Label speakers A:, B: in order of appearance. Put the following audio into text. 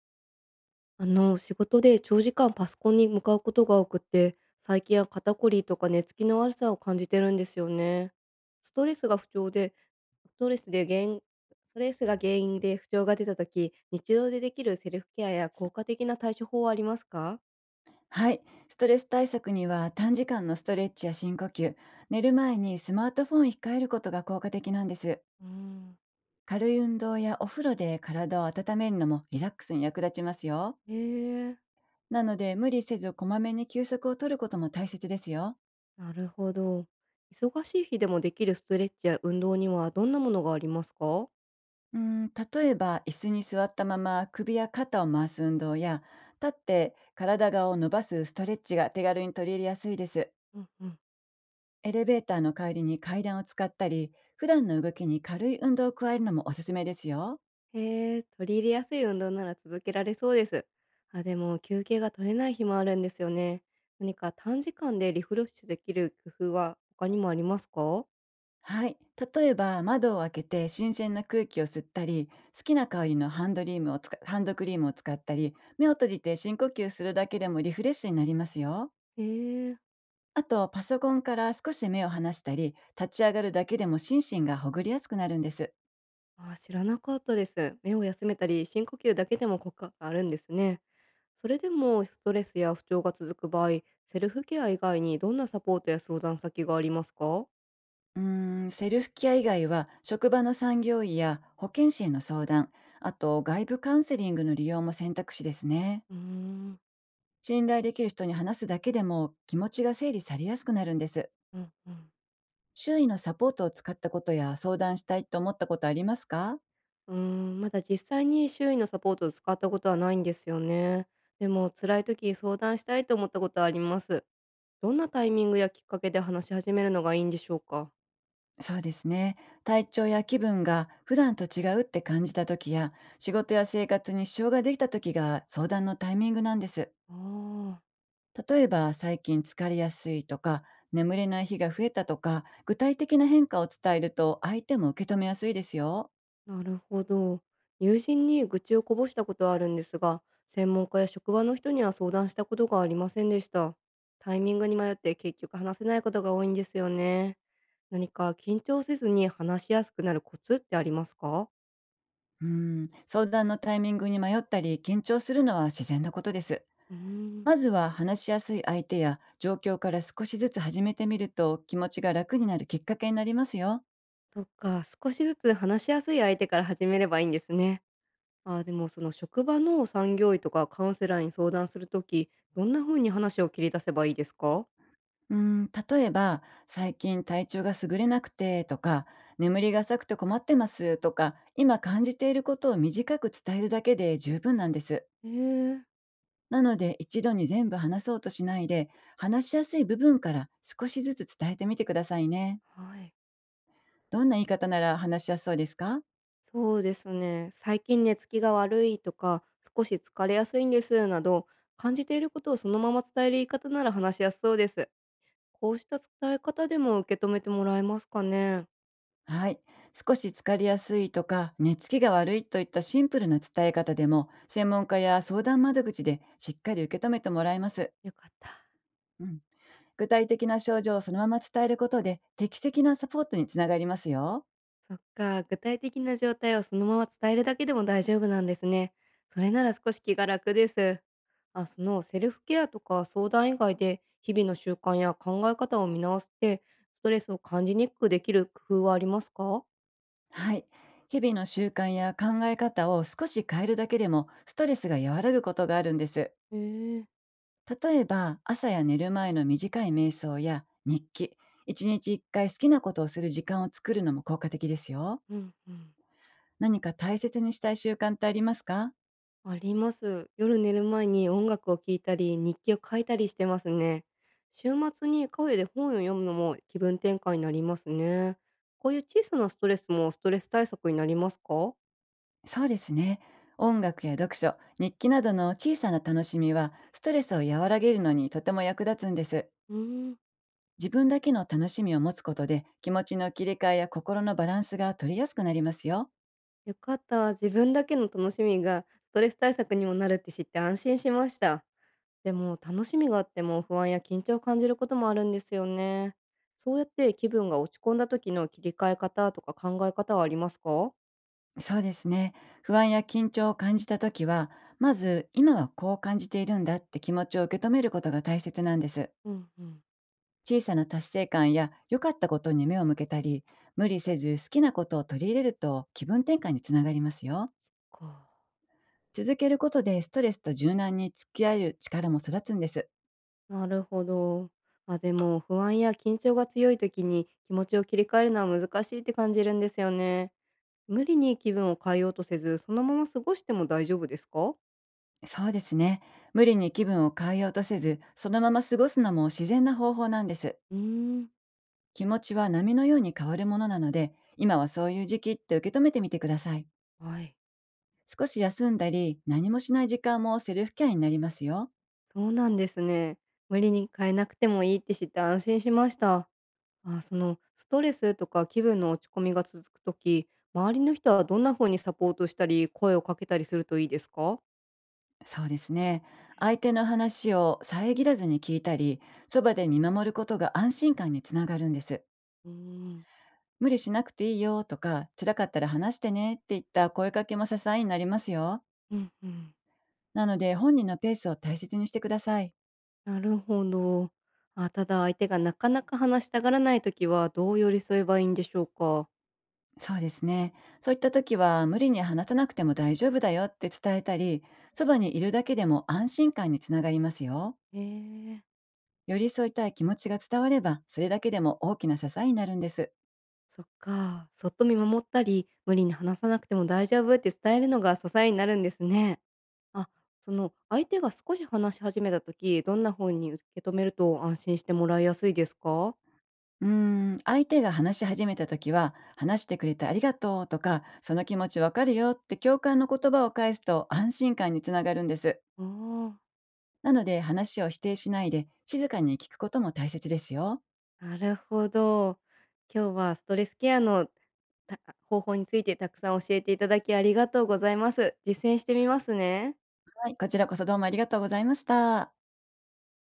A: 仕事で長時間パソコンに向かうことが多くて、最近は肩こりとか寝つきの悪さを感じてるんですよね。ストレスが不調で、ストレスで原因、ストレスが原因で不調が出たとき、日常でできるセルフケアや効果的な対処法はありますか？
B: はい。ストレス対策には短時間のストレッチや深呼吸、寝る前にスマートフォンを控えることが効果的なんです。
A: うん、
B: 軽い運動やお風呂で体を温めるのもリラックスに役立ちますよ。
A: へえ、
B: なので、無理せずこまめに休息を取ることも大切ですよ。
A: なるほど。忙しい日でもできるストレッチや運動にはどんなものがありますか？
B: うん、例えば椅子に座ったまま首や肩を回す運動や、立って体側を伸ばすストレッチが手軽に取り入れやすいです。
A: うんうん、
B: エレベーターの代わりに階段を使ったり、普段の動きに軽い運動を加えるのもおすすめですよ。
A: へえ、取り入れやすい運動なら続けられそうです。あ、でも休憩が取れない日もあるんですよね。何か短時間でリフレッシュできる工夫は他にもありますか？
B: はい。例えば、窓を開けて新鮮な空気を吸ったり、好きな香りのハンドクリームを使ったり、目を閉じて深呼吸するだけでもリフレッシュになりますよ。
A: へえ、
B: あと、パソコンから少し目を離したり、立ち上がるだけでも心身がほぐりやすくなるんです。
A: あ、知らなかったです。目を休めたり、深呼吸だけでも効果があるんですね。それでもストレスや不調が続く場合、セルフケア以外にどんなサポートや相談先がありますか？
B: うーん、セルフケア以外は、職場の産業医や保健師への相談、あと外部カウンセリングの利用も選択肢ですね。
A: うーん、
B: 信頼できる人に話すだけでも気持ちが整理されやすくなるんです。
A: うんうん。
B: 周囲のサポートを使ったことや、相談したいと思ったことありますか？
A: うーん、まだ実際に周囲のサポートを使ったことはないんですよね。でも辛い時に相談したいと思ったことはあります。どんなタイミングやきっかけで話し始めるのがいいんでしょうか？
B: そうですね。体調や気分が普段と違うって感じた時や、仕事や生活に支障ができた時が相談のタイミングなんです。
A: ああ、
B: 例えば、最近疲れやすいとか、眠れない日が増えたとか、具体的な変化を伝えると相手も受け止めやすいですよ。
A: なるほど。友人に愚痴をこぼしたことはあるんですが、専門家や職場の人には相談したことがありませんでした。タイミングに迷って結局話せないことが多いんですよね。何か緊張せずに話しやすくなるコツってありますか？
B: うん、相談のタイミングに迷ったり緊張するのは自然なことです。
A: うーん。
B: まずは話しやすい相手や状況から少しずつ始めてみると、気持ちが楽になるきっかけになりますよ。
A: そっか、少しずつ話しやすい相手から始めればいいんですね。あーでもその職場の産業医とかカウンセラーに相談するとき、どんな風に話を切り出せばいいですか？
B: うーん、例えば、最近体調が優れなくてとか、眠りが浅くて困ってますとか、今感じていることを短く伝えるだけで十分なんです。
A: えー、
B: なので、一度に全部話そうとしないで、話しやすい部分から少しずつ伝えてみてくださいね。
A: はい。
B: どんな言い方なら話しやすそうですか？
A: そうですね。最近寝つきが悪いとか、少し疲れやすいんですなど、感じていることをそのまま伝える言い方なら話しやすそうです。こうした伝え方でも受け止めてもらえますかね。
B: はい。少し疲れやすいとか、寝つきが悪いといったシンプルな伝え方でも、専門家や相談窓口でしっかり受け止めてもらえます。
A: よかった。
B: うん。具体的な症状をそのまま伝えることで、適切なサポートにつながりますよ。
A: そっか、具体的な状態をそのまま伝えるだけでも大丈夫なんですね。それなら少し気が楽です。あ、そのセルフケアとか相談以外で日々の習慣や考え方を見直してストレスを感じにくくできる工夫はありますか？
B: はい。日々の習慣や考え方を少し変えるだけでも、ストレスが和らぐことがあるんです。
A: へえ、
B: 例えば、朝や寝る前の短い瞑想や日記、一日一回好きなことをする時間を作るのも効果的ですよ。
A: うんうん。
B: 何か大切にしたい習慣ってありますか？
A: あります。夜寝る前に音楽を聴いたり、日記を書いたりしてますね。週末にカフェで本を読むのも気分転換になりますね。こういう小さなストレスもストレス対策になりますか？
B: そうですね。音楽や読書、日記などの小さな楽しみは、ストレスを和らげるのにとても役立つんです。
A: うーん、
B: 自分だけの楽しみを持つことで、気持ちの切り替えや心のバランスが取りやすくなりますよ。
A: よかった。自分だけの楽しみがストレス対策にもなるって知って安心しました。でも楽しみがあっても不安や緊張を感じることもあるんですよね。そうやって気分が落ち込んだ時の切り替え方とか考え方はありますか？
B: そうですね。不安や緊張を感じたときは、まず、今はこう感じているんだって気持ちを受け止めることが大切なんです。
A: うんうん。
B: 小さな達成感や良かったことに目を向けたり、無理せず好きなことを取り入れると気分転換につながりますよ。
A: か。
B: 続けることでストレスと柔軟に付き合える力も育つんです。
A: なるほど。まあ、でも不安や緊張が強い時に気持ちを切り替えるのは難しいって感じるんですよね。無理に気分を変えようとせず、そのまま過ごしても大丈夫ですか？
B: そうですね。無理に気分を変えようとせず、そのまま過ごすのも自然な方法なんです。
A: うーん。
B: 気持ちは波のように変わるものなので、今はそういう時期って受け止めてみてください。
A: はい。
B: 少し休んだり、何もしない時間もセルフケアになりますよ。
A: そうなんですね。無理に変えなくてもいいって知って安心しました。あ、そのストレスとか気分の落ち込みが続くとき、周りの人はどんな風にサポートしたり、声をかけたりするといいですか？
B: そうですね。相手の話を遮らずに聞いたり、そばで見守ることが安心感につながるんです。
A: うーん、
B: 無理しなくていいよとか、辛かったら話してねっていった声かけも支えになりますよ。
A: うんうん。
B: なので、本人のペースを大切にしてください。
A: なるほど。あ、ただ相手がなかなか話したがらないときはどう寄り添えばいいんでしょうか？
B: そうですね。そういった時は、無理に話さなくても大丈夫だよって伝えたり、そばにいるだけでも安心感につながりますよ。
A: へえ、
B: 寄り添いたい気持ちが伝われば、それだけでも大きな支えになるんです。
A: そっか。そっと見守ったり、無理に話さなくても大丈夫って伝えるのが支えになるんですね。あ、その相手が少し話し始めた時、どんな風に受け止めると安心してもらいやすいですか？
B: うーん、相手が話し始めた時は、話してくれてありがとうとか、その気持ちわかるよって共感の言葉を返すと安心感につながるんです。
A: おお、
B: なので、話を否定しないで、静かに聞くことも大切ですよ。
A: なるほど。今日はストレスケアの方法についてたくさん教えていただきありがとうございます。実践してみますね。
B: はい、こちらこそどうもありがとうございました。